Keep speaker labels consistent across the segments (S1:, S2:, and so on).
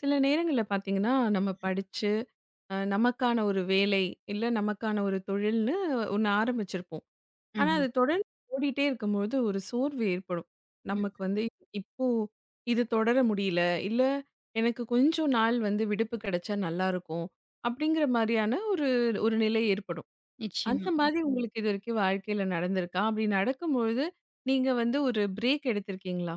S1: சில நேரங்கள்ல பார்த்தீங்கன்னா, நம்ம படிச்சு, நமக்கான ஒரு வேலை, இல்ல நமக்கான ஒரு தொழில்னு ஒண்ணு ஆரம்பிச்சிருப்போம். ஆனா,
S2: ம்ஹ்ம்.
S1: அது தொடர்ந்து ஓடிட்டே இருக்கும்போது ஒரு சோர்வு ஏற்படும். நமக்கு
S2: ம்.
S1: வந்து இப்போ இது தொடர முடியல, இல்ல எனக்கு கொஞ்சம் நாள் வந்து விடுப்பு கிடைச்சா நல்லாருக்கும். அப்படிங்கிற மாரியான ஒரு ஒரு நிலை ஏற்படும்.
S2: நிச்சயமா,
S1: அந்த மாதிரி உங்களுக்கு இதுவரைக்கும் வாழ்க்கையில நடந்திருக்கா? அப்படி நடக்கும்பொழுது, நீங்க வந்து ஒரு பிரேக் எடுத்திருக்கீங்களா?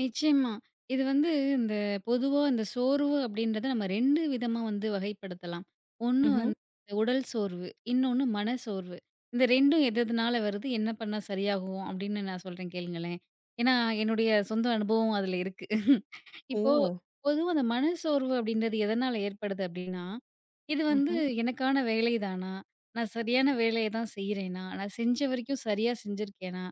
S2: நிச்சயமா. இது வந்து இந்த பொதுவா இந்த சோர்வு அப்படின்றத நம்ம 2 விதமா வந்து வகைப்படுத்தலாம். ஒண்ணு
S1: ம்ஹ்ம்.
S2: வந்து உடல் சோர்வு, இன்னொன்னு மனசோர்வு. இந்த 2ம் எது எதுனால வருது? என்ன பண்ணா சரியாகும்? அப்படின்னு நான் சொல்றேன் கேளுங்களேன். ஏன்னா, என்னுடைய சொந்த அனுபவம் அதுல இருக்கு.
S1: ஓ!
S2: இப்போ பொதுவா அந்த மனசோர்வு அப்படின்றது எதனால ஏற்படுது அப்படின்னா, இது வந்து
S1: ம்ஹ்ம்,
S2: எனக்கான வேலை தானா? நான் சரியான வேலைய தான் செய்றேனா? நான் செஞ்ச வரைக்கும் சரியா செஞ்சிருக்கேனா?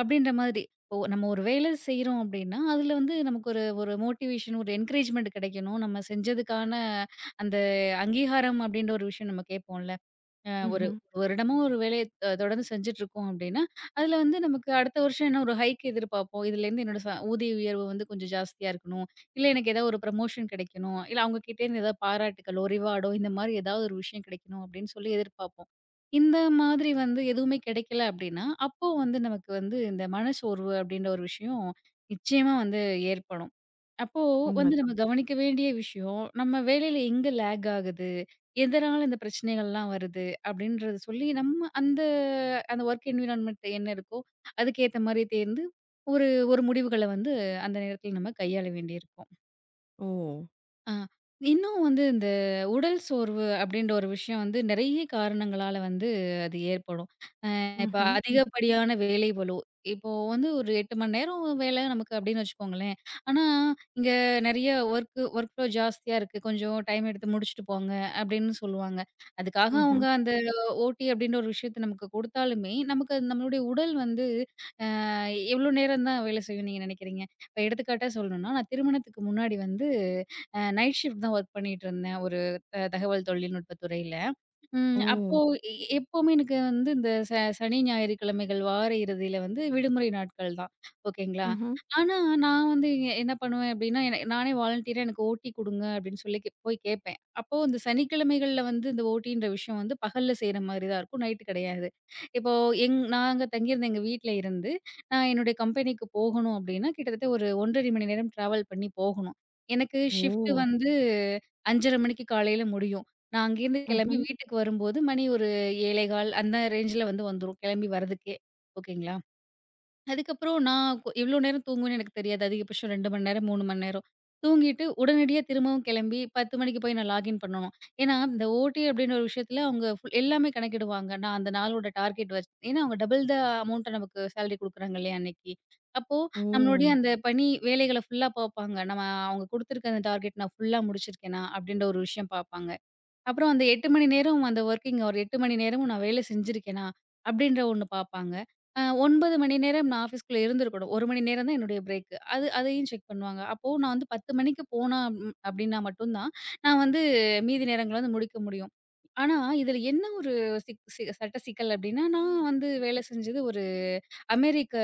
S2: அப்படின்ற மாதிரி. இப்போ நம்ம ஒரு வேலை செய்றோம் அப்டின்னா, அதுல வந்து நமக்கு ஒரு ஒரு மோட்டிவேஷன், ஒரு என்கரேஜ்மென்ட் கிடைக்கணும். நம்ம செஞ்சதுக்கான அந்த அங்கீகாரம் அப்டின்ற ஒரு விஷயம் நம்ம கேட்போம்ல. ஒரு
S1: ம்ஹ்ம்.
S2: ஒரு வருடமும் ஒரு வேலைய தொடர்ந்து செஞ்சுட்டுருக்கோம் அப்டின்னா, அதில வந்து நமக்கு அடுத்த வருஷம் என்ன ஒரு ஹைக் எதிர்பார்ப்போம். இதுலேருந்து என்னோட ஊதிய உயர்வு வந்து கொஞ்சம் ஜாஸ்தியா இருக்கணும். இல்ல எனக்கு ஏதாவது ஒரு ப்ரமோஷன் கிடைக்கணும். இல்ல அவங்ககிட்டேருந்து ஏதாவது பாராட்டுக்களோ, ரிவார்டோ இந்த மாரி ஏதாவது ஒரு விஷயம் கிடைக்கணும் அப்டின்னு சொல்லி எதிர்பார்ப்போம். இந்த மாதிரி வந்து எதுவுமே கிடைக்கல அப்டின்னா, அப்போ வந்து நமக்கு வந்து இந்த மனச்சோர்வு அப்டின்ற ஒரு விஷயம் நிச்சயமா வந்து ஏற்படும். அப்போ வந்து நம்ம
S1: உண்மதான்.
S2: கவனிக்க வேண்டிய விஷயம், நம்ம வேலையில எங்க லேக் ஆகுது? எதனால இந்த பிரச்சனைகள்லாம் வருது? அப்படின்றத சொல்லி நம்ம அந்த அந்த வொர்க் என்வைரன்மென்ட் என்ன இருக்கோ, அதுக்கேத்த மாரி தேர்ந்து ஒரு ஒரு முடிவுகள வந்து அந்த நேரத்துல நம்ம கையாள வேண்டியிருக்கும்.
S1: ஓ!
S2: ஆ இன்னும் வந்து இந்த உடல் சோர்வு அப்படின்ற ஒரு விஷயம் வந்து நெறைய காரணங்களால வந்து அது ஏற்படும். இப்ப
S1: ம்ஹ்ம்.
S2: அதிகப்படியான வேலை பளு. இப்போ வந்து ஒரு 8 மணி நேரம் வேலை நமக்கு அப்டின்னு வச்சுக்கோங்களேன். ஆனா, இங்க நெறைய ஒர்க் ஒர்க் ஃப்ளோ ஜாஸ்தியா இருக்கு. கொஞ்சம் டைம் எடுத்து முடிச்சுட்டு போங்க அப்டின்னு சொல்லுவாங்க. அதுக்காக
S1: Мгм.
S2: அவங்க அந்த ஓடி அப்டின்ற ஒரு விஷயத்த நமக்கு குடுத்தாலுமே, நமக்கு அது நம்மளுடைய உடல் வந்து அ எவ்ளோ நேரம் தான் வேலை செய்யும்னு நீங்க நெனைக்கிறீங்க? இப்ப எடுத்துக்காட்டா சொல்லணும்னா, நான் திருமணத்துக்கு முன்னாடி வந்து நைட் ஷிஃப்ட் தான் ஒர்க் பண்ணிட்டு இருந்தேன். ஒரு தகவல் தொழில்நுட்பத் துறையில. ம்.
S1: ஓ!
S2: அப்போ எ எப்பவுமே எனக்கு வந்து இந்த சனி, ஞாயிறு கிழமைகள் வார இறுதியில வந்து விடுமுறை நாட்கள் தான். ஓகேங்களா?
S1: ம்ஹ்ம்.
S2: ஆனா நான் வந்து என்ன பண்ணுவேன் அப்டின்னா, நானே வாலண்டியரா எனக்கு ஓட்டி குடுங்க அப்டின்னு சொல்லி போய் கேட்பேன். அப்போ இந்த சனிக்கிழமைகள்ல வந்து இந்த ஓட்டின்ற விஷயம் வந்து பகல்ல செய்ற மாரி தான் இருக்கும். நைட்டு கிடையாது. இப்போ நாங்க தங்கியிருந்த எங்க வீட்ல இருந்து, நான் என்னுடைய கம்பெனிக்கு போகணும் அப்டின்னா, கிட்டத்தட்ட ஒரு 1 1/2 மணி நேரம் டிராவல் பண்ணி போகணும். எனக்கு ஷிஃப்ட்
S1: ஓ!
S2: வந்து 5:30 மணிக்கு காலையில முடியும். நான் அங்கேருந்து கிளம்பி
S1: ம்ஹ்ம்.
S2: வீட்டுக்கு வரும்போது மணி ஒரு 7:15 அந்த ரேஞ்சில வந்து வந்துரும். கிளம்பி வரதுக்கே. ஓகேங்களா. அதுக்கப்புறம் நான் எவ்வளோ நேரம் தூங்குவேன்னு எனக்கு தெரியாது. அதிகபட்சம் 2 மணி நேரம், 3 மணி நேரம். தூங்கிட்டு உடனடியா திரும்பவும் கிளம்பி 10 மணிக்கு போய் நான் லாகின் பண்ணணும். ஏன்னா, இந்த ஓடி அப்டின்ற ஒரு விஷயத்துல அவங்க ஃபுல் எல்லாமே கணக்கிடுவாங்க. நான் அந்த நாளோட டார்கெட் ஏன்னா அவங்க டபுள் அமௌண்ட்ட நமக்கு சேலரி குடுக்குறாங்க இல்லையா அன்னைக்கு. அப்போ
S1: ஓ!
S2: நம்மளுடைய அந்த பணி வேலைகள ஃபுல்லா பாப்பாங்க. நம்ம அவங்க குடுத்துருக்க அந்த டார்கெட் நான் ஃபுல்லா முடிச்சிருக்கேனா? அப்டின்ற ஒரு விஷயம் பாப்பாங்க. அப்புறம் அந்த 8 மணி நேரம் அந்த வொர்க்கிங் ஹவர் 8 மணி நேரமும் நான் வேலை செஞ்சிருக்கேனா? அப்படின்ற ஒண்ணு பார்ப்பாங்க. 9 மணி நேரம் நான் ஆஃபீஸ்க்குள்ள இருந்திருக்கணும். 1 மணி நேரம் தான் என்னுடைய பிரேக். அதையும் செக் பண்ணுவாங்க. அப்போ நான் வந்து 10 மணிக்கு போனா ம் அப்படின்னா மட்டும் தான், நான் வந்து மீதி நேரங்கள வந்து முடிக்க முடியும். ஆனா, இதுல என்ன ஒரு சிக் சி சட்ட சிக்கல் அப்படின்னா, நான் வந்து வேலை செஞ்சது ஒரு அமெரிக்க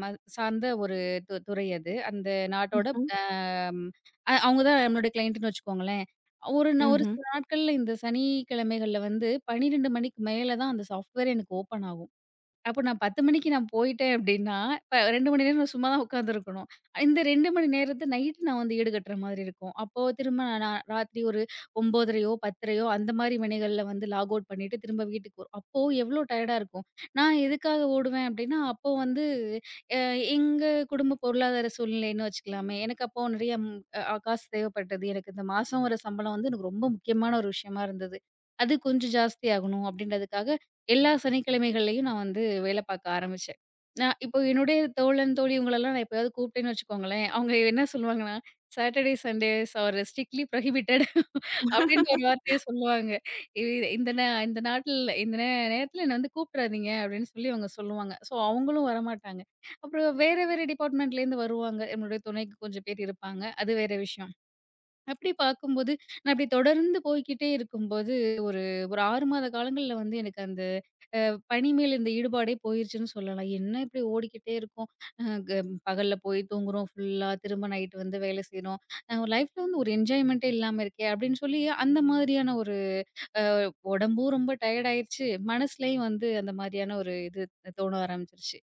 S2: ம சார்ந்த ஒரு துறை அது. அந்த நாட்டோட
S1: ம்ஹ்ம்.
S2: ம், அவங்க தான் நம்மளுடைய கிளையண்ட்டுன்னு வச்சுக்கோங்களேன். ஒரு
S1: ம்ஹ்ம்.
S2: சில நாட்கள்ல இந்த சனிக்கிழமைகள்ல வந்து 12 மணிக்கு மேல தான் அந்த சாஃப்ட்வேர் எனக்கு ஓப்பன் ஆகும். அப்போ நான் 10 மணிக்கு போயிட்டேன் அப்படின்னா, இப்ப 2 மணி நேரம் நான் சும்மா தான் உட்காந்துருக்கணும். இந்த 2 மணி நேரத்த நைட்டு நான் வந்து ஈடுகட்டுற மாதிரி இருக்கும். அப்போ திரும்ப நான் நான் ராத்திரி ஒரு 9:30யோ, 10:30யோ அந்த மாரி மணிகள்ல வந்து லாக் அவுட் பண்ணிட்டு திரும்ப வீட்டுக்கு வரும். அப்போ எவ்வளோ டயர்டா இருக்கும். நான் எதுக்காக ஓடுவேன் அப்படின்னா, அப்போ வந்து அ எங்க குடும்ப பொருளாதார சூழ்நிலைன்னு வச்சுக்கலாமே. எனக்கு அப்போ நிறைய ம் அ காசு தேவைப்பட்டது. எனக்கு இந்த மாசம் வர சம்பளம் வந்து எனக்கு ரொம்ப முக்கியமான ஒரு விஷயமா இருந்தது. அது கொஞ்சம் ஜாஸ்தி ஆகணும் அப்படின்றதுக்காக எல்லா சனிக்கிழமைகள்லயும் நான் வந்து வேலை பார்க்க ஆரம்பிச்சேன். நான் இப்போ என்னுடைய தோழன், தோழி இவங்களெல்லாம் நான் எப்பயாவது கூப்பிட்டேன்னு வச்சுக்கோங்களேன், அவங்க என்ன சொல்லுவாங்கன்னா, "Saturday, Sundays are strictly prohibited" அப்டின்ற ஒரு வார்த்தைய சொல்லுவாங்க. "இது இந்த இந்த நாட்ல இந்த நேரத்துல என்ன வந்து கூப்பிட்றாதீங்க" அப்டின்னு சொல்லி அவங்க சொல்லுவாங்க. ஸோ, அவங்களும் வரமாட்டாங்க. அப்புறம் வேற, வேற டிபார்ட்மெண்ட்லேருந்து வருவாங்க. என்னுடைய துணைக்கு கொஞ்சம் பேர் இருப்பாங்க. அது வேற விஷயம். அப்டி பார்க்கும்போது, நான் அப்டி தொடர்ந்து போய்க்கிட்டே இருக்கும்போது, ஒரு ஒரு 6 மாத காலங்கள்ல வந்து எனக்கு அந்த பணி மேல் இருந்த ஈடுபாடே போயிருச்சுன்னு சொல்லலாம். என்ன இப்படி ஓடிக்கிட்டே இருக்கோம். அ க பகல்ல போய் தூங்குறோம் ஃபுல்லா, திரும்ப நைட் வந்து வேலை செய்றோம். லைஃப்ல வந்து ஒரு என்ஜாய்மென்ட்டே இல்லாம இருக்கே! அப்படின்னு சொல்லி அந்த மாதிரியான ஒரு உடம்பும் ரொம்ப டயர்ட் ஆயிருச்சு. மனசுலயும் வந்து அந்த மாதிரியான ஒரு இது தோண ஆரம்பிச்சுருச்சு.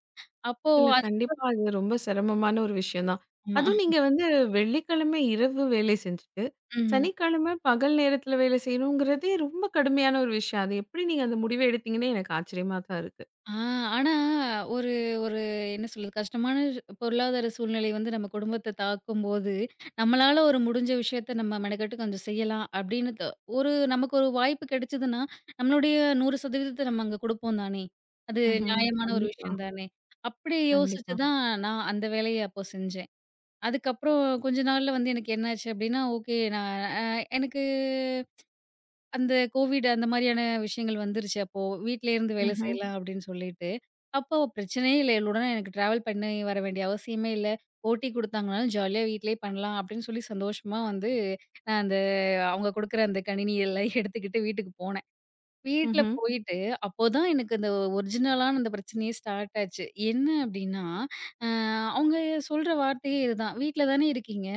S2: அப்போ
S1: இல்ல
S2: அது
S1: கண்டிப்பா அது ரொம்ப சிரமமான ஒரு விஷயம் தான்.
S2: ஆமா.
S1: அதுவும் நீங்க வந்து வெள்ளிக்கிழமை இரவு வேலை செஞ்சுட்டு,
S2: ம்.
S1: சனிக்கிழமை பகல் நேரத்தில வேலை செய்யணுங்கிறதே ரொம்ப கடுமையான ஒரு விஷயம். அது எப்படி நீங்க அந்த முடிவ எடுத்தீங்கன்னு எனக்கு ஆச்சரியமா தான் இருக்கு.
S2: ஆ, ஆனா ஒரு ஒரு என்ன சொல்றது? கஷ்டமான பொருளாதார சூழ்நிலை வந்து நம்ம குடும்பத்த தாக்கும்போது, நம்மளால ஒரு முடிஞ்ச விஷயத்த நம்ம மெனக்கெட்டு கொஞ்சம் செய்யலாம் அப்படின்னு ஒரு நமக்கு ஒரு வாய்ப்பு கிடைச்சதுன்னா, நம்மளுடைய 100% நம்ம அங்க குடுப்போம் தானே! அது
S1: ம்ஹ்ம்.
S2: நியாயமான ஒரு
S1: கண்டிப்பா,
S2: விஷயம் தானே! அப்படி யோசிச்சு
S1: கண்டிப்பா.
S2: தான் நான் அந்த வேலைய அப்போ செஞ்சேன். அதுக்கப்புறம் கொஞ்ச நாள்ல வந்து எனக்கு என்னாச்சு அப்படின்னா, ஓகே நான் அ எனக்கு அந்த கோவிட் அந்த மாரியான விஷயங்கள் வந்துருச்சு. அப்போ வீட்லயே இருந்து வேலை
S1: ம்ஹ்ம்.
S2: செய்யலாம் அப்படின்னு சொல்லிட்டு, அப்போ பிரச்சனையே இல்ல. இவளுடன் எனக்கு ட்ராவல் பண்ணி வர வேண்டிய அவசியமே இல்ல. ஓடி குடுத்தாங்கனாலும் ஜாலியா வீட்லயே பண்ணலாம் அப்படின்னு சொல்லி சந்தோஷமா வந்து நான் அவங்க குடுக்குற அந்த கணினி எல்லாம் எடுத்துக்கிட்டு வீட்டுக்கு போனேன். வீட்ல
S1: ம்ஹ்ம்.
S2: போயிட்டு அப்போதான் எனக்கு அந்த ஒரிஜினலான அந்த பிரச்சனையே ஸ்டார்ட் ஆச்சு. என்ன அப்படின்னா, அ அவங்க சொல்ற வார்த்தையே இதுதான். "வீட்ல தானே இருக்கீங்க?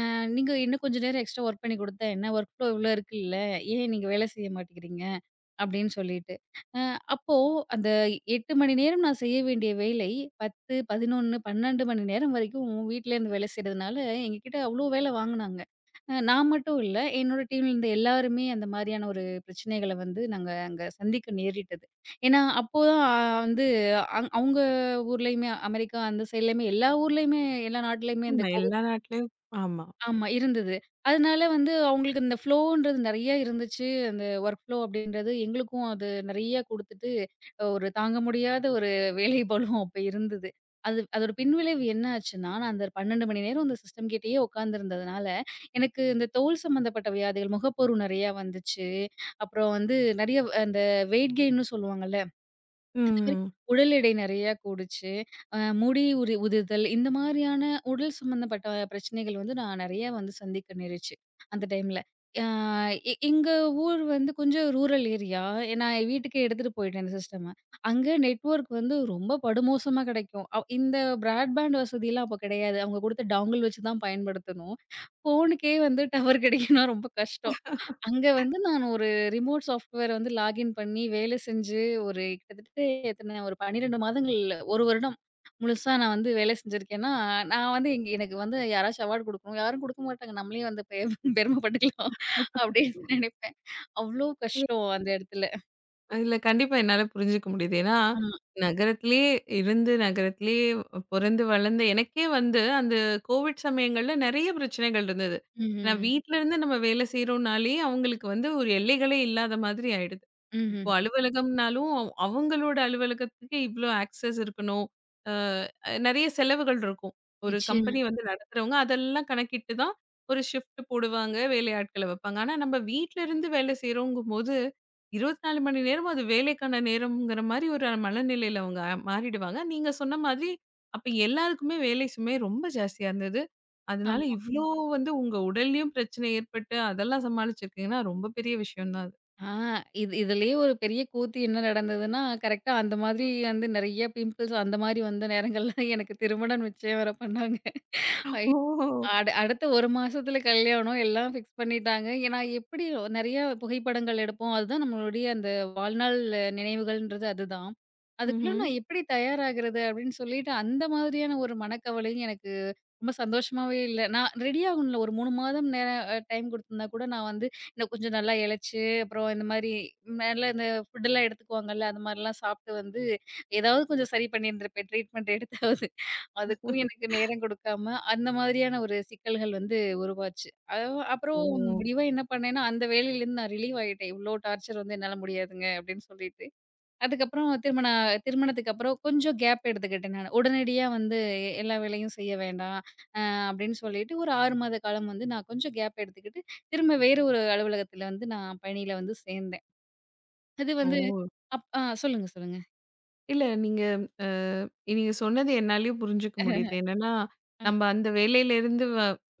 S2: நீங்க இன்னும் கொஞ்சம் நேரம் எக்ஸ்ட்ரா ஒர்க் பண்ணி குடுத்தா என்ன? வொர்க் ஃப்ளோ இவ்ளோ இருக்குல்ல. ஏன் நீங்க வேலை செய்ய மாட்டேங்கிறீங்க?" அப்படின்னு சொல்லிட்டு. அ அப்போ அந்த 8 மணி நேரம் நான் செய்ய வேண்டிய வேலை 10, 11, 12 மணி நேரம் வரைக்கும் வீட்லேருந்து வேலை செய்றதுனால, எங்ககிட்ட அவ்ளோ வேலை வாங்குனாங்க. நான் மட்டும் இல்ல, என்னோட டீம்ல இருந்த எல்லாருமே அந்த மாரியான ஒரு பிரச்சனைகள வந்து நாங்க அங்க சந்திக்க நேரிட்டது. ஏன்னா, அப்போதான் அ வந்து அங் அவங்க ஊர்லயுமே, அமெரிக்கா அந்த சைட்லயுமே எல்லா ஊர்லயுமே எல்லா நாட்டுலயுமே இந்த
S1: ஆமா எல்லா நாட்லயும் ஆமா.
S2: ஆமா, இருந்தது. அதனால வந்து அவங்களுக்கு இந்த ஃப்ளோன்றது நெறைய இருந்துச்சு. அந்த வொர்க் ஃப்ளோ அப்படின்றது எங்களுக்கும் அது நெறைய குடுத்துட்டு, ஒரு தாங்க முடியாத ஒரு வேலைப்பளு அப்ப இருந்தது. அது அதோட பின்விளைவு என்ன ஆச்சுன்னா, நான் அந்த 12 மணி நேரம் அந்த சிஸ்டம் கிட்டயே உட்கார்ந்திருந்ததுனால, எனக்கு இந்த தோல் சம்மந்தப்பட்ட வியாதிகள், முகப்பரு நெறையா வந்துச்சு. அப்புறம் வந்து நெறைய அந்த வெயிட் கெயின்னு சொல்லுவாங்கல்ல. அந்த மாரி
S1: ம்.
S2: உடல் எடை நெறையா கூடுச்சு. முடி உதிர்தல் இந்த மாரியான உடல் சம்மந்தப்பட்ட பிரச்சனைகள் வந்து நான் நெறையா வந்து சந்திக்க நேரிச்சு, அந்த டைம்ல. ஆ எ எங்க ஊர் வந்து கொஞ்சம் ரூரல் ஏரியா. நான் என் வீட்டுக்கே எடுத்துட்டு போயிட்டேன் இந்த சிஸ்டம. அங்க நெட்வொர்க் வந்து ரொம்ப படுமோசமா கெடைக்கும். இந்த பிராட்பேண்ட் வசதிலாம் அப்போ கெடையாது. அவங்க குடுத்த டாங்கிள் வச்சு தான் பயன்படுத்தணும். ஃபோனுக்கே வந்து டவர் கெடைக்கணும்னா ரொம்ப கஷ்டம். அங்க வந்து நான் ஒரு ரிமோட் சாஃப்ட்வேர் வந்து லாகின் பண்ணி வேலை செஞ்சு, ஒரு கிட்டத்தட்ட எத்தன ஒரு 12 மாதங்கள் 1 வருடம் முழுசா நான் வந்து வேலை செஞ்சிருக்கேன்னா, நான் வந்து எங்க எனக்கு வந்து யாராச்சும் அவார்ட் குடுக்கணும். யாரும் குடுக்க மாட்டாங்க. நம்மளே வந்து பெருமைப்பட்டுக்கலாம்
S1: இல்ல
S2: அப்படின்னு நெனைப்பேன். அவ்ளோ கஷ்டம் அந்த இடத்துல.
S1: இல்ல கண்டிப்பா என்னால புரிஞ்சுக்க முடியுது. ஏன்னா,
S2: ஆமா.
S1: நகரத்திலேயே இருந்து நகரத்திலேயே பொறந்து வளர்ந்த எனக்கே வந்து அந்த கோவிட் சமயங்கள்ல நெறைய பிரச்சனைகள் இருந்தது. ஏன்னா
S2: ம்ஹ்ம்.
S1: வீட்ல இருந்து நம்ம வேலை செய்றோம்னாலே அவங்களுக்கு வந்து ஒரு எல்லைகளே இல்லாத மாதிரி ஆயிடுது. இப்போ
S2: ம்ஹ்ம்.
S1: அலுவலகம்னாலும் அவங்களோட அலுவலகத்துக்கு இவ்ளோ ஆக்சஸ் இருக்கணும். அ நெறைய செலவுகள் இருக்கும். ஒரு
S2: நிச்சயமா.
S1: கம்பெனி வந்து நடத்துறவங்க அதெல்லாம் கணக்கிட்டு தான் ஒரு ஷிஃப்ட் போடுவாங்க, வேலையாட்கள வைப்பாங்க. ஆனா நம்ம வீட்ல இருந்து வேலை செய்றோங்கும்போது 24 மணி நேரமும் அது வேலைக்கான நேரம்ங்கிற மாரி ஒரு மனநிலையில அவங்க மாறிடுவாங்க. நீங்க சொன்ன மாதிரி, அப்ப எல்லாருக்குமே வேலை சுமை ரொம்ப ஜாஸ்தியா இருந்தது. அதனால
S2: ஆமா.
S1: இவ்ளோ வந்து உங்க உடல்லயும் பிரச்சனை ஏற்பட்டு, அதெல்லாம் சமாளிச்சிருக்கீங்கன்னா, ரொம்ப பெரிய விஷயம் தான் அது.
S2: ஆ இது இதுலயே ஒரு பெரிய கூத்து என்ன நடந்ததுன்னா, கரெக்ட்டா அந்த மாதிரி வந்து நெறைய பிம்பிள்ஸ் அந்த மாரி வந்த நேரங்கள்ல எனக்கு திருமணம் நிச்சயம் வேற பண்ணாங்க.
S1: ஓ!
S2: அடுத்த 1 மாசத்துல கல்யாணம் எல்லாம் ஃபிக்ஸ் பண்ணிட்டாங்க. ஏன்னா எப்படி நெறைய புகைப்படங்கள் எடுப்போம். அதுதான் நம்மளுடைய அந்த வாழ்நாள் நினைவுகள்ன்றது அதுதான். அதுக்குள்ள
S1: ம்ஹ்ம்.
S2: நான் எப்படி தயாராகிறது அப்படின்னு சொல்லிட்டு அந்த மாதிரியான ஒரு மனக்கவலையும் எனக்கு ரொம்ப சந்தோஷமாவே இல்ல. நான் ரெடி ஆகணும்ல ஒரு 3 மாதம் நேரம் டைம் குடுத்திருந்தா கூட நான் வந்து இன்னும் கொஞ்சம் நல்லா இளைச்சு, அப்புறம் இந்த மாரி மேல இந்த ஃபுட்டெல்லாம் எடுத்துக்குவாங்கல்ல, அந்த மாரிலாம் சாப்ட்டு வந்து ஏதாவது கொஞ்சம் சரி பண்ணியிருந்திருப்பேன். ட்ரீட்மெண்ட் எடுத்தாவது. அதுக்கும் எனக்கு நேரம் குடுக்காம, அந்த மாதிரியான ஒரு சிக்கல்கள் வந்து உருவாச்சு. அ அப்புறம்
S1: ஓ!
S2: முடிவா என்ன பண்ணேன்னா, அந்த வேலையிலேருந்து நான் ரிலீவ் ஆயிட்டேன். இவ்ளோ டார்ச்சர் வந்து என்னால முடியாதுங்க அப்படின்னு சொல்லிட்டு. அதுக்கப்புறம் திருமணத்துக்கு அப்புறம் கொஞ்சம் கேப் எடுத்துக்கிட்டேன் நானு. உடனடியா வந்து எல்லா வேலையும் செய்ய வேண்டாம். அப்படின்னு சொல்லிட்டு ஒரு 6 மாத காலம் வந்து நான் கொஞ்சம் கேப் எடுத்துக்கிட்டு, திரும்ப வேறு ஒரு அலுவலகத்தில வந்து நான் பணியில வந்து சேர்ந்தேன். அது வந்து
S1: ஓ!
S2: அப் ஆ சொல்லுங்க, சொல்லுங்க.
S1: இல்ல நீங்க அ நீங்க சொன்னது என்னாலயும் புரிஞ்சுக்க முடியுது. என்னன்னா,
S2: அ
S1: நம்ம அந்த வேலையிலேருந்து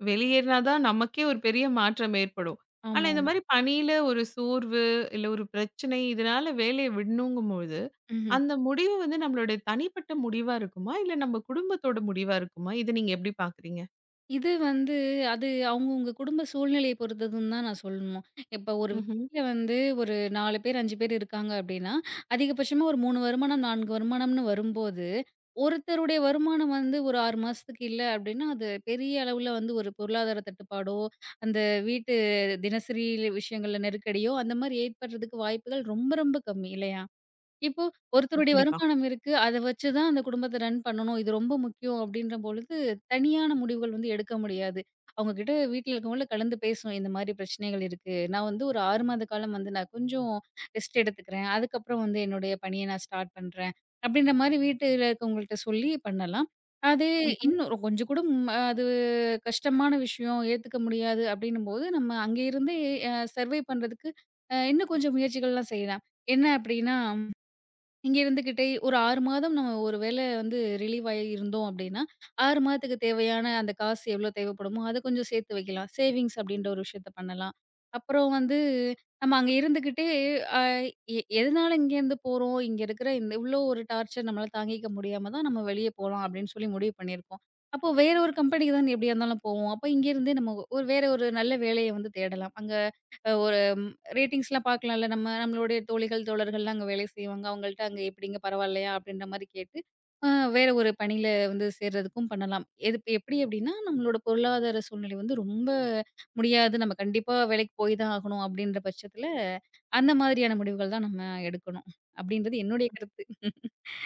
S1: வெளியேறினா தான் நமக்கே ஒரு பெரிய மாற்றம் ஏற்படும். ஆனா இந்த
S2: ஆமாமா.
S1: மாரி பணியில ஒரு சோர்வு, இல்ல ஒரு பிரச்சனை இதனால வேலைய விடணுங்கும்பொழுது,
S2: ம்ஹ்ம்.
S1: அந்த முடிவு வந்து நம்மளுடைய தனிப்பட்ட முடிவா இருக்குமா? இல்ல நம்ம குடும்பத்தோட முடிவா இருக்குமா? இத நீங்க எப்படி பார்க்குறீங்க?
S2: இது வந்து அது அவங்கவங்க குடும்ப சூழ்நிலைய பொறுத்ததுன்னு தான் நான் சொல்லணும். இப்ப ஒரு
S1: ம்ஹ்ம்.
S2: வீட்ல வந்து ஒரு 4 பேர், 5 பேர் இருக்காங்க அப்டின்னா, அதிகபட்சமா ஒரு 3 வருமானம், 4 வருமானம்னு வரும்போது, ஒருத்தருடைய வருமானம் வந்து ஒரு 6 மாசத்துக்கு இல்ல அப்டின்னா, அது பெரிய அளவுல வந்து ஒரு பொருளாதார தட்டுப்பாடோ, அந்த வீட்டு தினசரி விஷயங்கள்ல நெருக்கடியோ அந்த மாரி ஏற்படுறதுக்கு வாய்ப்புகள் ரொம்ப ரொம்ப கம்மி இல்லையா? இப்போ ஒருத்தருடைய ம்.
S1: கண்டிப்பா.
S2: வருமானம் இருக்கு. அத வச்சு தான் அந்த குடும்பத்த ரன் பண்ணணும். இது ரொம்ப முக்கியம் அப்படின்ற பொழுது, தனியான முடிவுகள் வந்து எடுக்க முடியாது. அவங்க கிட்ட வீட்ல இருக்கவங்கள கலந்து பேசணும். இந்த மாரி பிரச்சனைகள் இருக்கு. நான் வந்து ஒரு 6 மாத காலம் வந்து நான் கொஞ்சம் ரெஸ்ட் எடுத்துக்கிறேன். அதுக்கப்புறம் வந்து என்னுடைய பணிய நான் ஸ்டார்ட் பண்றேன். அப்படின்ற மாரி வீட்டுல இருக்கவங்கள்ட்ட சொல்லி பண்ணலாம். அது
S1: ம்ஹ்ம்.
S2: இன்னும் கொஞ்சம் கூட ம் அது கஷ்டமான விஷயம், ஏத்துக்க முடியாது அப்படின்னும்போது, நம்ம அங்கே இருந்தே சர்வை பண்றதுக்கு இன்னும் கொஞ்சம் முயற்சிகள்லாம் செய்யலாம். என்ன அப்படின்னா இங்க இருந்துகிட்டே ஒரு 6 மாதம் நம்ம ஒரு வேள வந்து ரிலீவ் ஆயி இருந்தோம் அப்டின்னா, 6 மாதத்துக்கு தேவையான அந்த காசு எவ்ளோ தேவைப்படுமோ, அத கொஞ்சம் சேர்த்து வைக்கலாம். சேவிங்ஸ் அப்டின்ற ஒரு விஷயத்த பண்ணலாம். அப்புறம் வந்து நம்ம அங்க இருந்துகிட்டே அ எ எதனால இங்கேருந்து போறோம்? இங்க இருக்கிற இந்த இவ்ளோ ஒரு டார்ச்சர் நம்மளால தாங்கிக்க முடியாம தான் நம்ம வெளிய போலாம் அப்டின்னு சொல்லி முடிவு பண்ணியிருக்கோம். அப்போ வேற ஒரு கம்பெனிக்கு தான் எப்டியா இருந்தாலும் போவோம். அப்ப இங்கேருந்தே நம்ம வேற ஒரு நல்ல வேலைய வந்து தேடலாம். அங்க ரேட்டிங்ஸ்லாம் பார்க்கலாம்ல. நம்ம நம்மளுடைய தோழிகள், தோழர்கள்லாம் அங்க வேலை செய்வாங்க. அவங்கள்ட்ட அங்க எப்படிங்க பரவால்லையா? அப்படின்ற மாரி கேட்டு, அ வேற ஒரு பணியில வந்து சேர்றதுக்கும் பண்ணலாம். எது எப்படி அப்படின்னா, நம்மளோட பொருளாதார சூழ்நிலை வந்து ரொம்ப முடியாது. நம்ம கண்டிப்பா வேலைக்கு போய் தான் ஆகணும் அப்படின்ற பட்சத்துல, அந்த மாதிரியான முடிவுகள் தான் நம்ம எடுக்கணும். அப்படின்றது என்னுடைய கருத்து.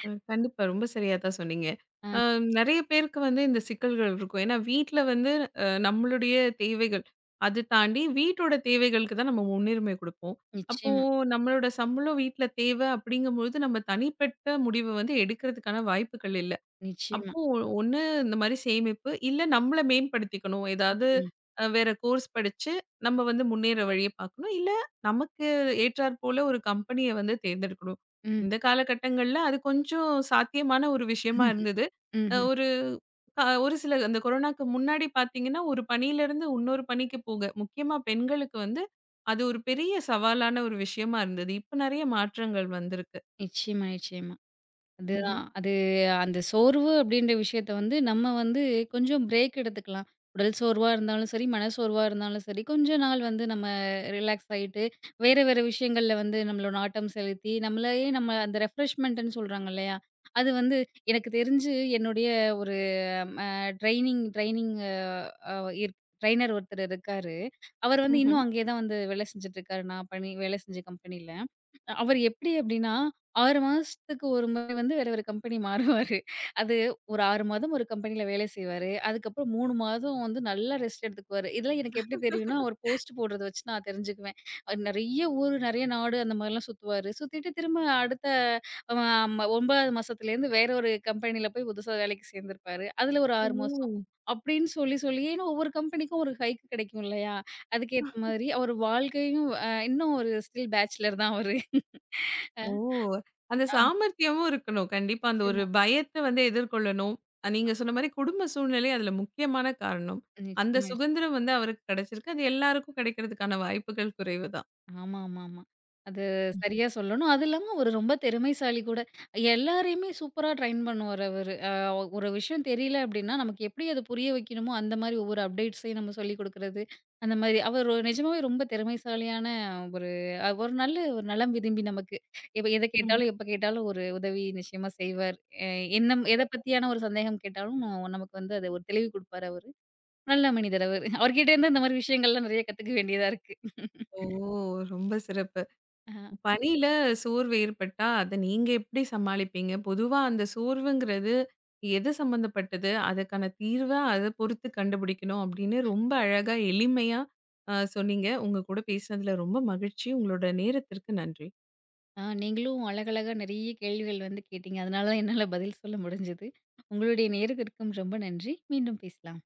S1: கண்டிப்பா. ரொம்ப சரியா தான் சொன்னீங்க.
S2: அ
S1: அ நெறைய பேருக்கு வந்து இந்த சிக்கல்கள் இருக்கும். ஏன்னா வீட்ல வந்து நம்மளுடைய தேவைகள், அது தாண்டி வீட்டோட தேவைகளுக்கு தான் நம்ம முன்னுரிமை குடுப்போம். அப்போ
S2: நிச்சயமா,
S1: நம்மளோட சம்பளம் வீட்ல தேவை அப்படிங்கும்பொழுது, நம்ம தனிப்பட்ட முடிவு வந்து எடுக்கிறதுக்கான வாய்ப்புகள் இல்ல.
S2: நிச்சயமா.
S1: அப்போ ஒண்ணு இந்த மாரி சேமிப்பு, இல்ல நம்மள மேம்படுத்திக்கணும். ஏதாவது
S2: ம்,
S1: வேற கோர்ஸ் படிச்சு, நம்ம வந்து முன்னேற வழிய பார்க்கணும். இல்ல நமக்கு ஏற்றாற்போல ஒரு கம்பெனிய வந்து தேர்ந்தெடுக்கணும்.
S2: ம்.
S1: இந்த காலகட்டங்கள்ல அது கொஞ்சம் சாத்தியமான ஒரு விஷயமா
S2: ம்.
S1: இருந்தது. அ
S2: ம்ஹ்ம்.
S1: ஒரு க ஒரு சில அந்த கொரோனாக்கு முன்னாடி பார்த்தீங்கன்னா, ஒரு பணியிலருந்து இன்னொரு பணிக்கு போக, முக்கியமா பெண்களுக்கு வந்து அது ஒரு பெரிய சவாலான ஒரு விஷயமா இருந்தது. இப்ப நெறைய மாற்றங்கள் வந்திருக்கு.
S2: நிச்சயமா, நிச்சயமா.
S1: ம்ஹ்ம்.
S2: அதுதான். அது அந்த சோர்வு அப்படின்ற விஷயத்த வந்து நம்ம வந்து கொஞ்சம் பிரேக் எடுத்துக்கலாம். உடல் சோர்வா இருந்தாலும் சரி, மனசோர்வா இருந்தாலும் சரி, கொஞ்ச நாள் வந்து நம்ம ரிலாக்ஸ் ஆயிட்டு, வேற வேற விஷயங்கள்ல வந்து நம்மளோட நாட்டம் செலுத்தி, நம்மளையே நம்ம அந்த ரெஃப்ரெஷ்மென்ட்ன்னு சொல்றாங்க இல்லையா? அது வந்து எனக்கு தெரிஞ்சு என்னுடைய ஒரு அ ட்ரெய்னிங் ட்ரெய்னிங் அ இர் ட்ரெய்னர் ஒருத்தர் இருக்காரு. அவர் வந்து இன்னும்
S1: ம்ஹ்ம்.
S2: அங்கேயே தான் வந்து வேலை செஞ்சுட்டு இருக்காரு. நான் பணி வேலை செஞ்ச கம்பெனில. அவரு எப்டி அப்டின்னா, 6 மாசத்துக்கு ஒரு முறை வந்து வேற ஒரு கம்பெனி மாறுவாரு. அது ஒரு 6 மாதம் ஒரு கம்பெனில வேலை செய்வாரு. அதுக்கப்புறம் 3 மாதம் வந்து நல்லா ரெஸ்ட் எடுத்துக்குவாரு. இதெல்லாம் எனக்கு எப்டி தெரியும்னா, அவர் போஸ்ட் போடுறத வச்சு நான் தெரிஞ்சுக்குவேன். அவர் நெறைய ஊரு, நெறைய நாடு அந்த மாரிலாம் சுத்துவாரு. சுத்திட்டு திரும்ப அடுத்த அ ம 9வது மாசத்துலேருந்து வேற ஒரு கம்பெனில போய் புதுசா வேலைக்கு சேர்ந்திருப்பாரு. அதுல ஒரு 6 மாசம்.
S1: ஓ!
S2: அப்டின்னு சொல்லி சொல்லியே ஏன்னா ஒவ்வொரு கம்பெனிக்கும் ஒரு ஹைக் கிடைக்கும் இல்லையா? அதுக்கேத்த மாதிரி அவர் வாழ்க்கையும் இன்னும் ஒரு ஸ்டில் பேச்சுலர் தான் அவரு. அ
S1: ஓ! அந்த
S2: ஆமா.
S1: சாமர்த்தியமும் இருக்கணும். கண்டிப்பா அந்த
S2: நிச்சயமா.
S1: ஒரு பயத்த வந்து எதிர்கொள்ளணும். நீங்க சொன்ன மாரி குடும்ப சூழ்நிலை அதுல முக்கியமான காரணம். அந்த
S2: நிச்சயமா, நிச்சயமா.
S1: சுதந்திரம் வந்து அவருக்கு கிடைச்சிருக்கு. அது எல்லாருக்கும் கிடைக்கிறதுக்கான வாய்ப்புகள் குறைவு தான்.
S2: ஆமா, ஆமா, ஆமா. அது சரியா சொல்லணும். அது இல்லாம அவரு ரொம்ப திறமைசாலி கூட. எல்லாரையுமே சூப்பரா ட்ரெயின் பண்ணுவாரு அவரு. ஒரு விஷயம் தெரியல அப்டின்னா, நமக்கு எப்படி அத புரிய வைக்கணுமோ, அந்த மாரி ஒவ்வொரு அப்டேட்ஸையும் நம்ம சொல்லிக் குடுக்குறது. அந்த மாரி அவர் ஒரு நிஜமாவே ரொம்ப திறமைசாலியான ஒரு ஒரு நல்ல ஒரு நலம் விரும்பி நமக்கு. இப்ப எத
S1: ம்.
S2: கேட்டாலும், எப்ப கேட்டாலும் ஒரு உதவி நிச்சயமா செய்வார். அ என்ன எத பத்தியான ஒரு சந்தேகம் கேட்டாலும் நமக்கு வந்து அத ஒரு தெளிவு குடுப்பாரு அவரு. நல்ல மனிதர் அவரு. அவர்கிட்ட இருந்து இந்த மாரி விஷயங்கள்லாம் நெறைய கத்துக்க வேண்டியதா இருக்கு.
S1: ஓ! ரொம்ப சிறப்பு.
S2: ஆ,
S1: பணியில சோர்வு ஏற்பட்டா, அத நீங்க எப்படி சமாளிப்பீங்க? பொதுவா அந்த சோர்வுங்கிறது எது சம்மந்தப்பட்டது? அதுக்கான தீர்வ அத பொறுத்து கண்டுபிடிக்கணும் அப்படின்னு ரொம்ப அழகா எளிமையா சொன்னீங்க. உங்க கூட பேசினதுல ரொம்ப மகிழ்ச்சி. உங்களோட நேரத்திற்கு நன்றி.
S2: ஆ நீங்களும் அழகழகா நெறைய கேள்விகள் வந்து கேட்டீங்க. அதனால தான் என்னால பதில் சொல்ல முடிஞ்சது. உங்களுடைய நேரத்திற்கும் ரொம்ப நன்றி. மீண்டும் பேசலாம்.